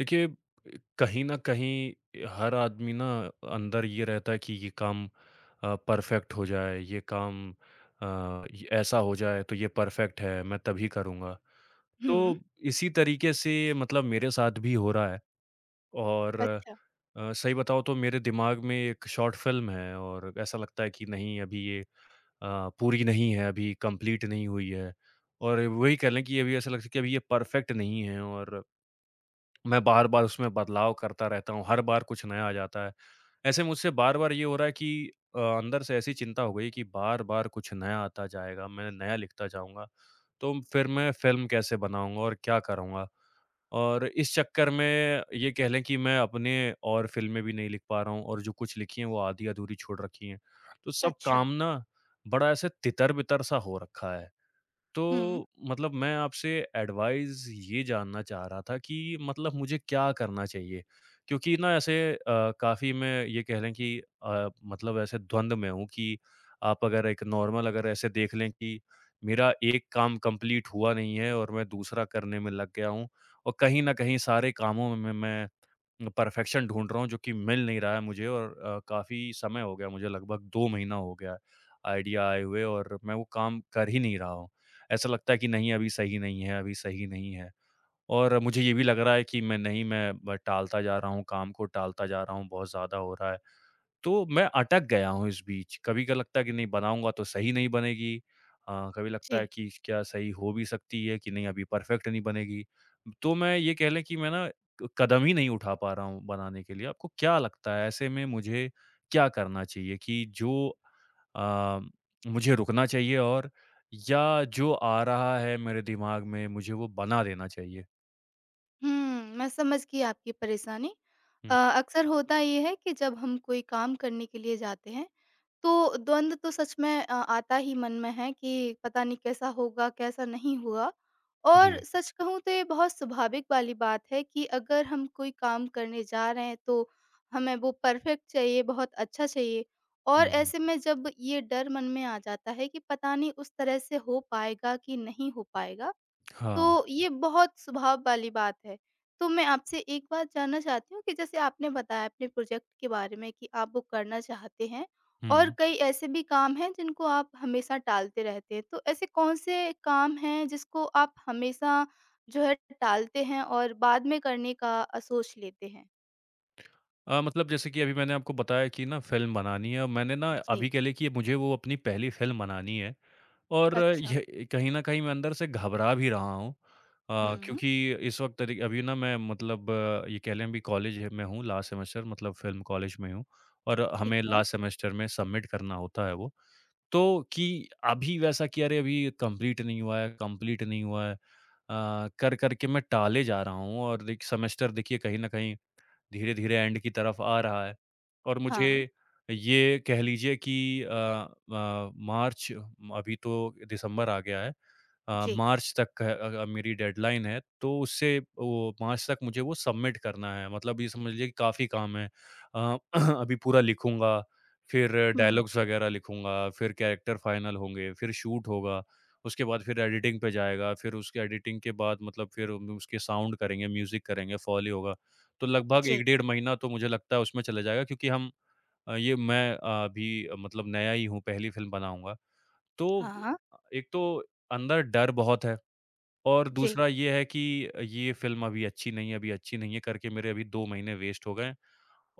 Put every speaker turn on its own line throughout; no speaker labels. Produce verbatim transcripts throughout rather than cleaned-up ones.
देखिए, कहीं न कहीं हर आदमी ना अंदर ये रहता है कि ये काम अ, परफ़ेक्ट हो जाए, ये काम अ, य ऐसा हो जाए तो ये परफ़ेक्ट है, मैं तभी करूँगा। तो
हुँ।
इसी तरीके से मतलब मेरे साथ भी हो रहा है और
अच्छा।
अ, सही बताऊँ तो मेरे दिमाग में एक शॉर्ट फ़िल्म है और ऐसा लगता है कि नहीं अभी ये अ, पूरी नहीं है, अभी कंप्लीट नहीं हुई है और वही कह लें कि अभी ऐसा लगता है कि अभी ये परफ़ेक्ट नहीं है और मैं बार-बार उसमें बदलाव करता रहता हूँ, हर बार कुछ नया आ जाता है। ऐसे मुझसे बार-बार ये हो रहा है कि अ, अंदर से ऐसी चिंता हो गई कि बार-बार कुछ नया आता जाएगा, मैं नया लिखता जाऊँगा, तो फिर मैं फ़िल्म कैसे बनाऊँगा और क्या करूँगा? और इस चक्कर में ये कह लें कि मैं अपने और फ़िल्में भी नहीं लिख पा रहा हूँ और जो कुछ लिखी हैं, वो आधी-अधूरी छोड़ रखी हैं। तो सब
अच्छा।
काम ना बड़ा ऐसे तितर-बितर सा हो रखा है।
हुँ।
तो मतलब मैं आपसे एडवाइस ये जानना चाह रहा था कि मतलब मुझे क्या करना चाहिए? क्योंकि ना ऐसे अ, काफ़ी मैं ये कह लें कि अ, मतलब ऐसे द्वंद में हूँ कि आप अगर एक नॉर्मल अगर ऐसे देख लें कि मेरा एक काम कंप्लीट हुआ नहीं है और मैं दूसरा करने में लग गया हूँ और कहीं न कहीं सारे कामों में मैं परफेक्शन ढूँढ रहा हूँ, जो कि मिल नहीं रहा है मुझे और अ, काफ़ी समय हो गया, मुझे लगभग दो महीना हो गया है, आइडिया आए हुए और मैं वो काम कर ही नहीं रहा हूँ। ऐसा लगता है कि नहीं अभी सही नहीं है, अभी सही नहीं है और मुझे ये भी लग रहा है कि मैं नहीं मैं ब टालता जा रहा हूँ, काम को टालता जा रहा हूँ, बहुत ज़्यादा हो रहा है। तो मैं अटक गया हूँ इस बीच। कभी का लगता है कि नहीं बनाऊँगा तो सही नहीं बनेगी। अ, कभी लगता
जी।
है कि क्या सही हो भी सकती है कि नहीं अभी परफेक्ट नहीं बनेगी। तो मैं ये कह लें कि मैं ना क कदम ही नहीं उठा पा रहा हूँ बनाने के लिए। आपको क्या लगता है ऐसे में मुझे क्या करना चाहिए कि जो अ, मुझे रुकना चाहिए और या जो आ रहा है मेरे दिमाग में मुझे वो बना देना चाहिए?
हुँ, मैं समझ गई आपकी परेशानी। अ,
हुँ।
अक्सर होता ये है कि जब हम कोई काम करने के लिए जाते हैं, तो द्वंद तो सच में अ, आता ही मन में है कि पता नहीं कैसा होगा, कैसा नहीं हुआ। और
जी।
सच कहूँ तो ये बहुत स्वाभाविक वाली बात है कि अगर हम कोई काम करने जा रहे हैं, तो हमें वो परफेक्ट चाहिए, बहुत अच्छा चाहिए। और
हुँ, हुँ।
ऐसे में जब ये डर मन में आ जाता है कि पता नहीं उस तरह से हो पाएगा कि नहीं हो पाएगा,
हाँ।
तो ये बहुत स्वभाव वाली बात है। तो मैं आपसे एक बात जानना चाहती हूँ कि जैसे आपने बताया अपने प्रोजेक्ट के बारे में कि आप वो करना चाहते हैं, और
हुँ।
कई ऐसे भी काम हैं जिनको आप हमेशा टालते रहते हैं। तो ऐसे कौन से काम हैं जिसको आप हमेशा जो है टालते हैं और बाद में करने का अ, सोच लेते हैं?
अ, मतलब जैसे कि अभी मैंने आपको बताया कि ना फ़िल्म बनानी है और मैंने ना अभी
जी,
कह लें कि मुझे वो अपनी पहली फ़िल्म बनानी है और
अच्छा।
ये कहीं न कहीं मैं अंदर से घबरा भी रहा हूँ। अ,
हुँ,
क्योंकि इस वक़्त रि अभी ना मैं मतलब अ, ये कह लें अभी कॉलेज है- में हूँ, लास्ट सेमेस्टर, मतलब फ़िल्म कॉलेज में हूँ और
ठीक
हमें
है।
लास्ट सेमेस्टर में सबमिट करना होता है वो। तो कि अभी वैसा कि अरे अभी कंप्लीट नहीं हुआ है, कंप्लीट नहीं हुआ है। अ, कर-कर के मैं टाले जा रहा हूँ और देख सेमेस्टर देखिए कहीं न कहीं धीरे-धीरे एंड की तरफ आ रहा है और मुझे
हाँ,
ये कह लीजिए कि अ अ, मार्च, अभी तो दिसंबर आ गया है। अ,
जी।
मार्च तक है, अ अ, मेरी डेडलाइन है तो उससे वो मार्च तक मुझे वो सबमिट करना है। मतलब ये समझ लीजिए कि काफ़ी काम है। अ, अभी पूरा लिखूँगा, फिर
हुँ,
डायलॉग्स वगैरह लिखूँगा, फिर कैरेक्टर फाइनल होंगे, फिर शूट होगा, उसके बाद फिर एडिटिंग पे जाएगा, फिर उसके एडिटिंग के बाद मतलब फिर उसके साउंड करेंगे, म्यूज़िक करेंगे, फ़ोली होगा। तो लगभग
जी।
एक डेढ़ महीना तो मुझे लगता है उसमें चला जाएगा क्योंकि हम अ, ये मैं अ, अभी अ, मतलब नया ही हूँ, पहली फ़िल्म बनाऊँगा। तो
हाँ,
अ, एक तो अंदर डर बहुत है और
जी।
दूसरा ये है कि ये फ़िल्म अभी अच्छी नहीं है, अभी अच्छी नहीं है करके मेरे अभी दो महीने वेस्ट हो गए हैं।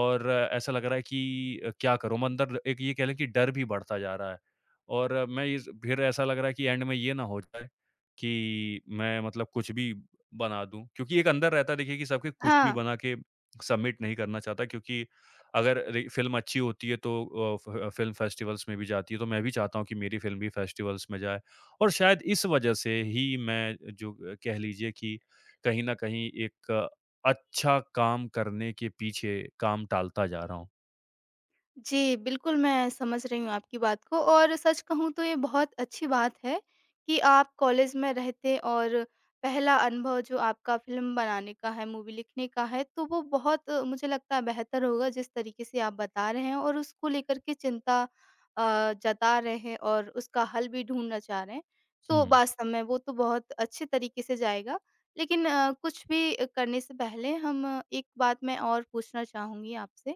और ऐसा लग रहा है कि अ, क्या करूँ? म अंदर एक ये कह लें कि डर भी बढ़ता जा रहा है और मैं इस फिर ऐसा लग रहा है कि एंड में ये ना हो जाए कि मैं मतलब कुछ भी बना दूँ। क्योंकि एक अंदर रहता है, देखिए कि सबके कुछ भी
हाँ।
बना के सबमिट नहीं करना चाहता क्योंकि अगर रि फ़िल्म अच्छी होती है तो अ, फ फ़िल्म फेस्टिवल्स में भी जाती है, तो मैं भी चाहता हूँ कि मेरी फ़िल्म भी फेस्टिवल्स में जाए और शायद इस वजह से ही मैं जो अ, कह लीजिए कि कहीं न कहीं एक अच्छा काम करने के पीछे काम टालता जा रहा हूँ।
जी, बिल्कुल, मैं समझ रही हूँ आपकी बात को, और सच कहूँ तो ये बहुत अच्छी बात है कि आप कॉलेज में रहते, और पहला अनुभव जो आपका फ़िल्म बनाने का है, मूवी लिखने का है, तो वो बहुत अ, मुझे लगता है बेहतर होगा। जिस तरीके से आप बता रहे हैं, और उसको लेकर के चिंता अ, जता रहे हैं, और उसका हल भी ढूँढना चाह रहे हैं, तो
हुँ,
वास्तव में वो तो बहुत अच्छे तरीके से जाएगा। लेकिन अ, कुछ भी करने से पहले हम अ, एक बात मैं और पूछना चाहूँगी आपसे।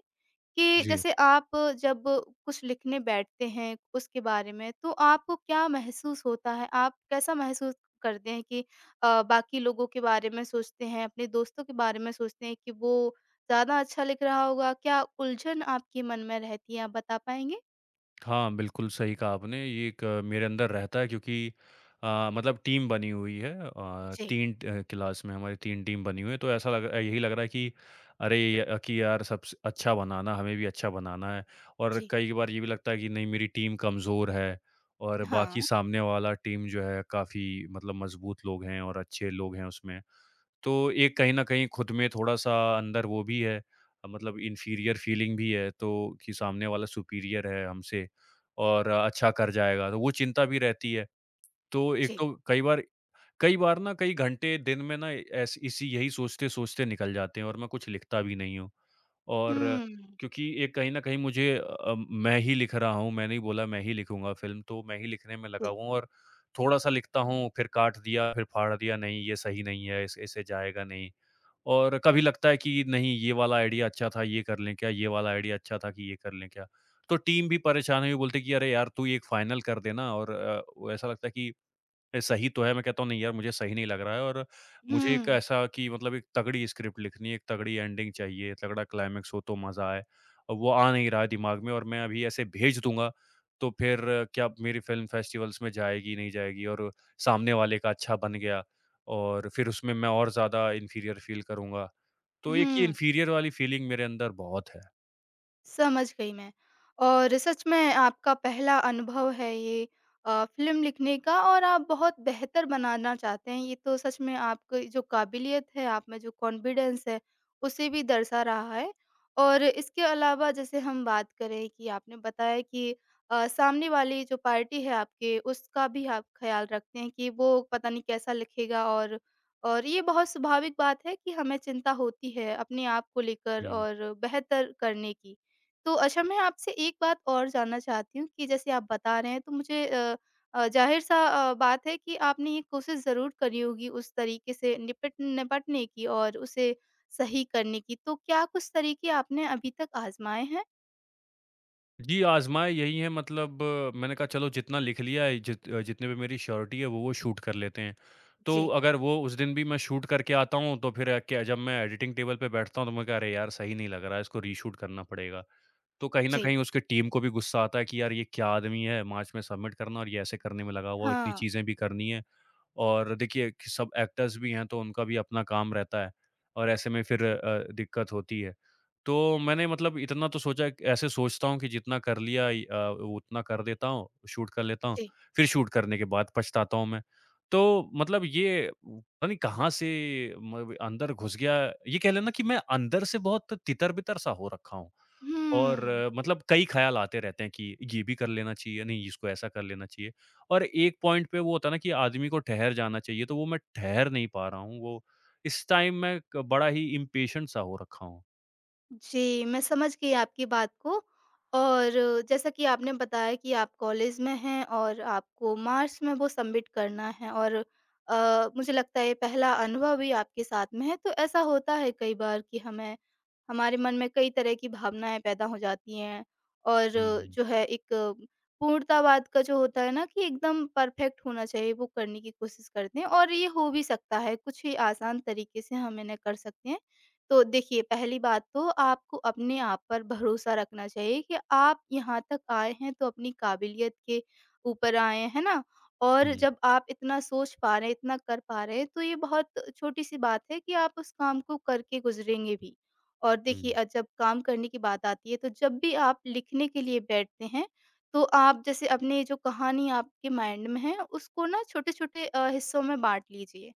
कि
जी।
जैसे आप जब कुछ लिखने बैठते हैं उसके बारे में, तो आपको क्या महसूस होता है? आप कैसा महसूस करते हैं कि अ, बाकी लोगों के बारे में सोचते हैं, अपने दोस्तों के बारे में सोचते हैं कि वो ज़्यादा अच्छा लिख रहा होगा? क्या उलझन आपके मन में रहती है, आप बता पाएँगे?
हाँ, बिल्कुल सही कहा आपने। ये एक मेरे अंदर रहता है क्योंकि अ, मतलब टीम बनी हुई है, अ,
जी,
तीन अ, क्लास में हमारी तीन टीम बनी हुई है तो ऐसा लग यही लग रहा है कि अरे य कि यार सबसे अच्छा बनाना, हमें भी अच्छा बनाना है और
जी।
कई बार ये भी लगता है कि नहीं मेरी टीम कमज़ोर है और बाकी
हाँ,
सामने वाला टीम जो है काफ़ी मतलब मज़बूत लोग हैं और अच्छे लोग हैं उसमें। तो एक कहीं न कहीं खुद में थोड़ा-सा अंदर वो भी है, अ, मतलब इन्फीरियर फीलिंग भी है तो कि सामने वाला सुपीरियर है हमसे और अ, अच्छा कर जाएगा, तो वो चिंता भी रहती है। तो एक
जी।
तो कई बार कई बार ना कई घंटे दिन में ना ऐस इसी यही सोचते-सोचते निकल जाते हैं और मैं कुछ लिखता भी नहीं हूँ। और अ,
हुँ,
क्योंकि एक कहीं न कहीं मुझे अ, मैं ही लिख रहा हूँ, मैंने ही बोला मैं ही लिखूँगा फ़िल्म तो मैं ही लिखने में लगा
जी।
हुआ हूँ और थोड़ा-सा लिखता हूँ, फिर काट दिया, फिर फाड़ दिया, नहीं ये सही नहीं है, इस ऐसे जाएगा नहीं। और कभी लगता है कि नहीं ये वाला आइडिया अच्छा था, ये कर लें क्या? ये वाला आइडिया अच्छा था कि ये कर लें क्या? तो टीम भी परेशान है, वो बोलते हैं कि अरे यार तू एक फाइनल कर दे ना और अ, वो ऐसा लगता है कि ए, सही तो है, मैं कहता हूँ नहीं यार मुझे सही नहीं लग रहा है और मुझे एक
हुँ,
ऐसा कि मतलब एक तगड़ी स्क्रिप्ट लिखनी है, एक तगड़ी एंडिंग चाहिए, तगड़ा क्लाइमेक्स हो तो मज़ा आए। और वो आ नहीं रहा है दिमाग में और मैं अभी ऐसे भेज दूँगा, तो फिर क्या मेरी फ़िल्म फेस्टिवल्स में जाएगी, नहीं जाएगी और सामने वाले का अच्छा बन गया और फिर उसमें मैं और ज़्यादा इन्फीरियर फ़ील करूँगा। तो एक ये
हुँ।
इन्फीरियर वाली फीलिंग मेरे अंदर बहुत है।
समझ गई मैं। और सच में आपका पहला अनुभव है ये अ, फ़िल्म लिखने का, और आप बहुत बेहतर बनाना चाहते हैं। ये तो सच में आपकी जो काबिलियत है, आप में जो कॉन्फिडेंस है, उसे भी दर्शा रहा है। और इसके अलावा जैसे हम बात करें, कि आपने बताया कि अ, सामने वाली जो पार्टी है आपके, उसका भी आप ख़्याल रखते हैं कि वो पता नहीं कैसा लिखेगा। और और ये बहुत स्वाभाविक बात है कि हमें चिंता होती है अपने आप को लेकर
हुँ।
और बेहतर करने की। तो अच्छा, मैं आपसे एक बात और जानना चाहती हूँ। कि जैसे आप बता रहे हैं, तो मुझे अ अ, ज़ाहिर-सा अ, बात है कि आपने ये कोशिश ज़रूर करी होगी उस तरीके से निपट निपटने की और उसे सही करने की। तो क्या कुछ तरीके आपने अभी तक आज़माए हैं?
जी, आज़माए यही है, मतलब मैंने कहा चलो जितना लिख लिया है, जित अ, जितने पे मेरी श्योरिटी है वो वो शूट कर लेते हैं। तो
जी,
अगर वो उस दिन भी मैं शूट करके आता हूँ तो फिर क्या जब मैं एडिटिंग टेबल पे बैठता हूँ तो मैं कहा अरे यार सही नहीं लग रहा है, इसको रीशूट करना पड़ेगा। तो कहीं न
जी।
कहीं उसके टीम को भी गुस्सा आता है कि यार ये क्या आदमी है मार्च में सबमिट करना और ये ऐसे करने में लगा हुआ है, इतनी
हाँ।
चीज़ें भी करनी है। और देखिए कि सब एक्टर्स भी हैं तो उनका भी अपना काम रहता है और ऐसे में फिर
जी,
अ, दिक्कत होती है। तो मैंने मतलब इतना तो सोचा कि ऐसे सोचता हूँ कि जितना कर लिया इ अ, उतना कर देता हूँ, शूट कर लेता हूँ,
जी।
फिर शूट करने के बाद पछताता हूँ मैं। तो मतलब ये पता नहीं कहाँ से म अंदर घुस गया, ये कह लेना कि मैं अंदर से बहुत तितर-बितर सा हो रखा हूँ। और
हुँ।
अ, मतलब कई ख़्याल आते रहते हैं कि ये भी कर लेना चाहिए, नहीं इसको ऐसा कर लेना चाहिए। और एक पॉइंट पे वो होता है ना कि आदमी को ठहर जाना चाहिए, तो वो मैं ठहर नहीं पा रहा हूँ। वो इस टाइम मैं क बड़ा ही इम्पेशेंट सा हो रखा हूँ।
जी, मैं समझ गई आपकी बात को। और जैसा कि आपने बताया कि आप कॉलेज में हैं, और आपको मार्च में वो सबमिट करना है, और अ, मुझे लगता है ये पहला अनुभव भी आपके साथ में है, तो ऐसा होता है कई बार कि हमें हमारे मन में कई तरह की भावनाएँ पैदा हो जाती हैं, और
हुँ,
जो है एक पूर्णतावाद का जो होता है ना, कि एकदम परफेक्ट होना चाहिए, वो करने की कोशिश करते हैं। और ये हो भी सकता है, कुछ ही आसान तरीके से हम इन्हें कर सकते हैं। तो देखिए, पहली बात तो आपको अपने आप पर भरोसा रखना चाहिए कि आप यहाँ तक आए हैं, तो अपनी काबिलियत के ऊपर आए हैं, है ना? और
हुँ,
जब आप इतना सोच पा रहे हैं, इतना कर पा रहे हैं, तो ये बहुत छोटी-सी बात है कि आप उस काम को करके गुज़रेंगे भी। और देखिए,
हुँ,
अ, जब काम करने की बात आती है, तो जब भी आप लिखने के लिए बैठते हैं, तो आप जैसे अपनी जो कहानी आपके माइंड में है, उसको ना छोटे-छोटे अ, हिस्सों में बाँट लीजिए।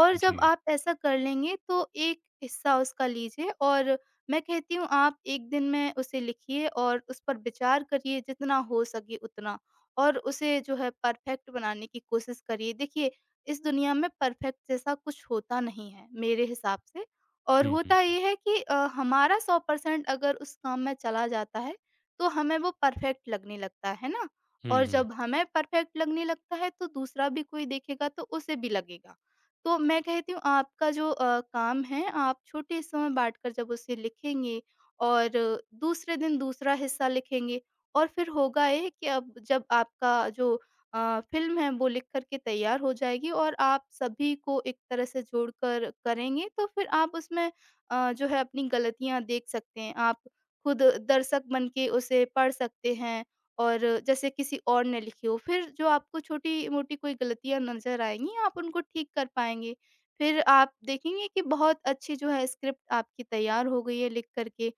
और जब
जी।
आप ऐसा कर लेंगे, तो एक हिस्सा उसका लीजिए, और मैं कहती हूँ आप एक दिन में उसे लिखिए और उस पर विचार करिए जितना हो सके उतना, और उसे जो है परफेक्ट बनाने की कोशिश करिए। देखिए, इस दुनिया में परफेक्ट जैसा कुछ होता नहीं है मेरे हिसाब से। और
हुँ, हुँ,
होता ये है कि अ, हमारा हंड्रेड परसेंट अगर उस काम में चला जाता है, तो हमें वो परफ़ेक्ट लगने लगता है, है ना?
हुँ,
और
हुँ,
जब हमें परफ़ेक्ट लगने लगता है, तो दूसरा भी कोई देखेगा, तो उसे भी लगेगा। तो मैं कहती हूँ आपका जो अ, काम है, आप छोटे हिस्सों में बाँटकर जब उसे लिखेंगे, और दूसरे दिन दूसरा हिस्सा लिखेंगे, और फिर होगा ये कि अब जब आपका जो अ, फ़िल्म है वो लिख कर के तैयार हो जाएगी, और आप सभी को एक तरह से जोड़कर करेंगे, तो फिर आप उसमें अ, जो है अपनी गलतियाँ देख सकते हैं। आप खुद दर्शक बन के उसे पढ़ सकते हैं, और जैसे किसी और ने लिखी हो, फिर जो आपको छोटी-मोटी कोई गलतियाँ नज़र आएँगी, आप उनको ठीक कर पाएँगे। फिर आप देखेंगे कि बहुत अच्छी जो है स्क्रिप्ट आपकी तैयार हो गई है लिख कर के।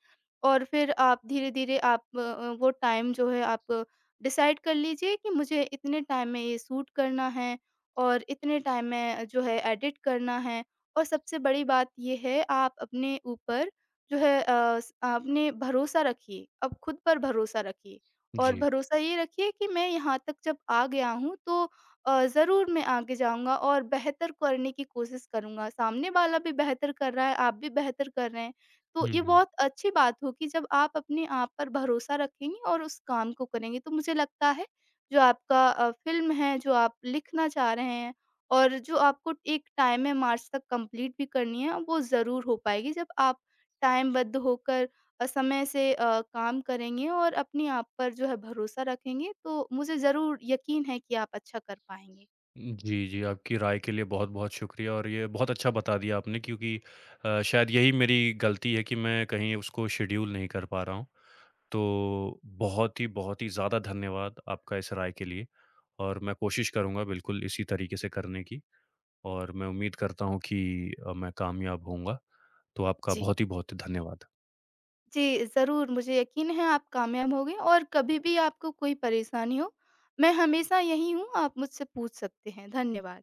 और फिर आप धीरे-धीरे आप अ, वो टाइम जो है आप डिसाइड कर लीजिए कि मुझे इतने टाइम में ये शूट करना है, और इतने टाइम में जो है एडिट करना है। और सबसे बड़ी बात ये है, आप अपने ऊपर जो है अ, स- अपने भरोसा रखिए, अब खुद पर भरोसा रखिए। और
जी।
भरोसा ये रखिए कि मैं यहाँ तक जब आ गया हूँ, तो अ, ज़रूर मैं आगे जाऊँगा और बेहतर करने की कोशिश करूँगा। सामने वाला भी बेहतर कर रहा है, आप भी बेहतर कर रहे हैं, तो
हुँ,
ये
हुँ।
बहुत अच्छी बात होगी जब आप अपने आप पर भरोसा रखेंगी और उस काम को करेंगी। तो मुझे लगता है जो आपका अ, फ़िल्म है, जो आप लिखना चाह रहे हैं, और जो आपको एक टाइम में मार्च तक कंप्लीट भी करनी है, वो ज़रूर हो पाएगी जब आप टाइमबद्ध होकर अ, समय से अ, काम करेंगे और अपने आप पर जो है भरोसा रखेंगे, तो मुझे ज़रूर यकीन है कि आप अच्छा कर पाएँगे।
जी, जी, आपकी राय के लिए बहुत-बहुत शुक्रिया और ये बहुत अच्छा बता दिया आपने क्योंकि अ, शायद यही मेरी गलती है कि मैं कहीं उसको शेड्यूल नहीं कर पा रहा हूँ। तो बहुत ही, बहुत ही ज़्यादा धन्यवाद आपका इस राय के लिए और मैं कोशिश करूँगा बिल्कुल इसी तरीके से करने की और मैं उम्मीद करता हूँ कि अ, मैं कामयाब होऊँगा। तो आपका
जी।
बहुत ही बहुत धन्यवाद।
जी, ज़रूर मुझे यकीन है आप कामयाब होंगे। और कभी भी आपको कोई परेशानी हो, मैं हमेशा यहीं हूँ, आप मुझसे पूछ सकते हैं। धन्यवाद।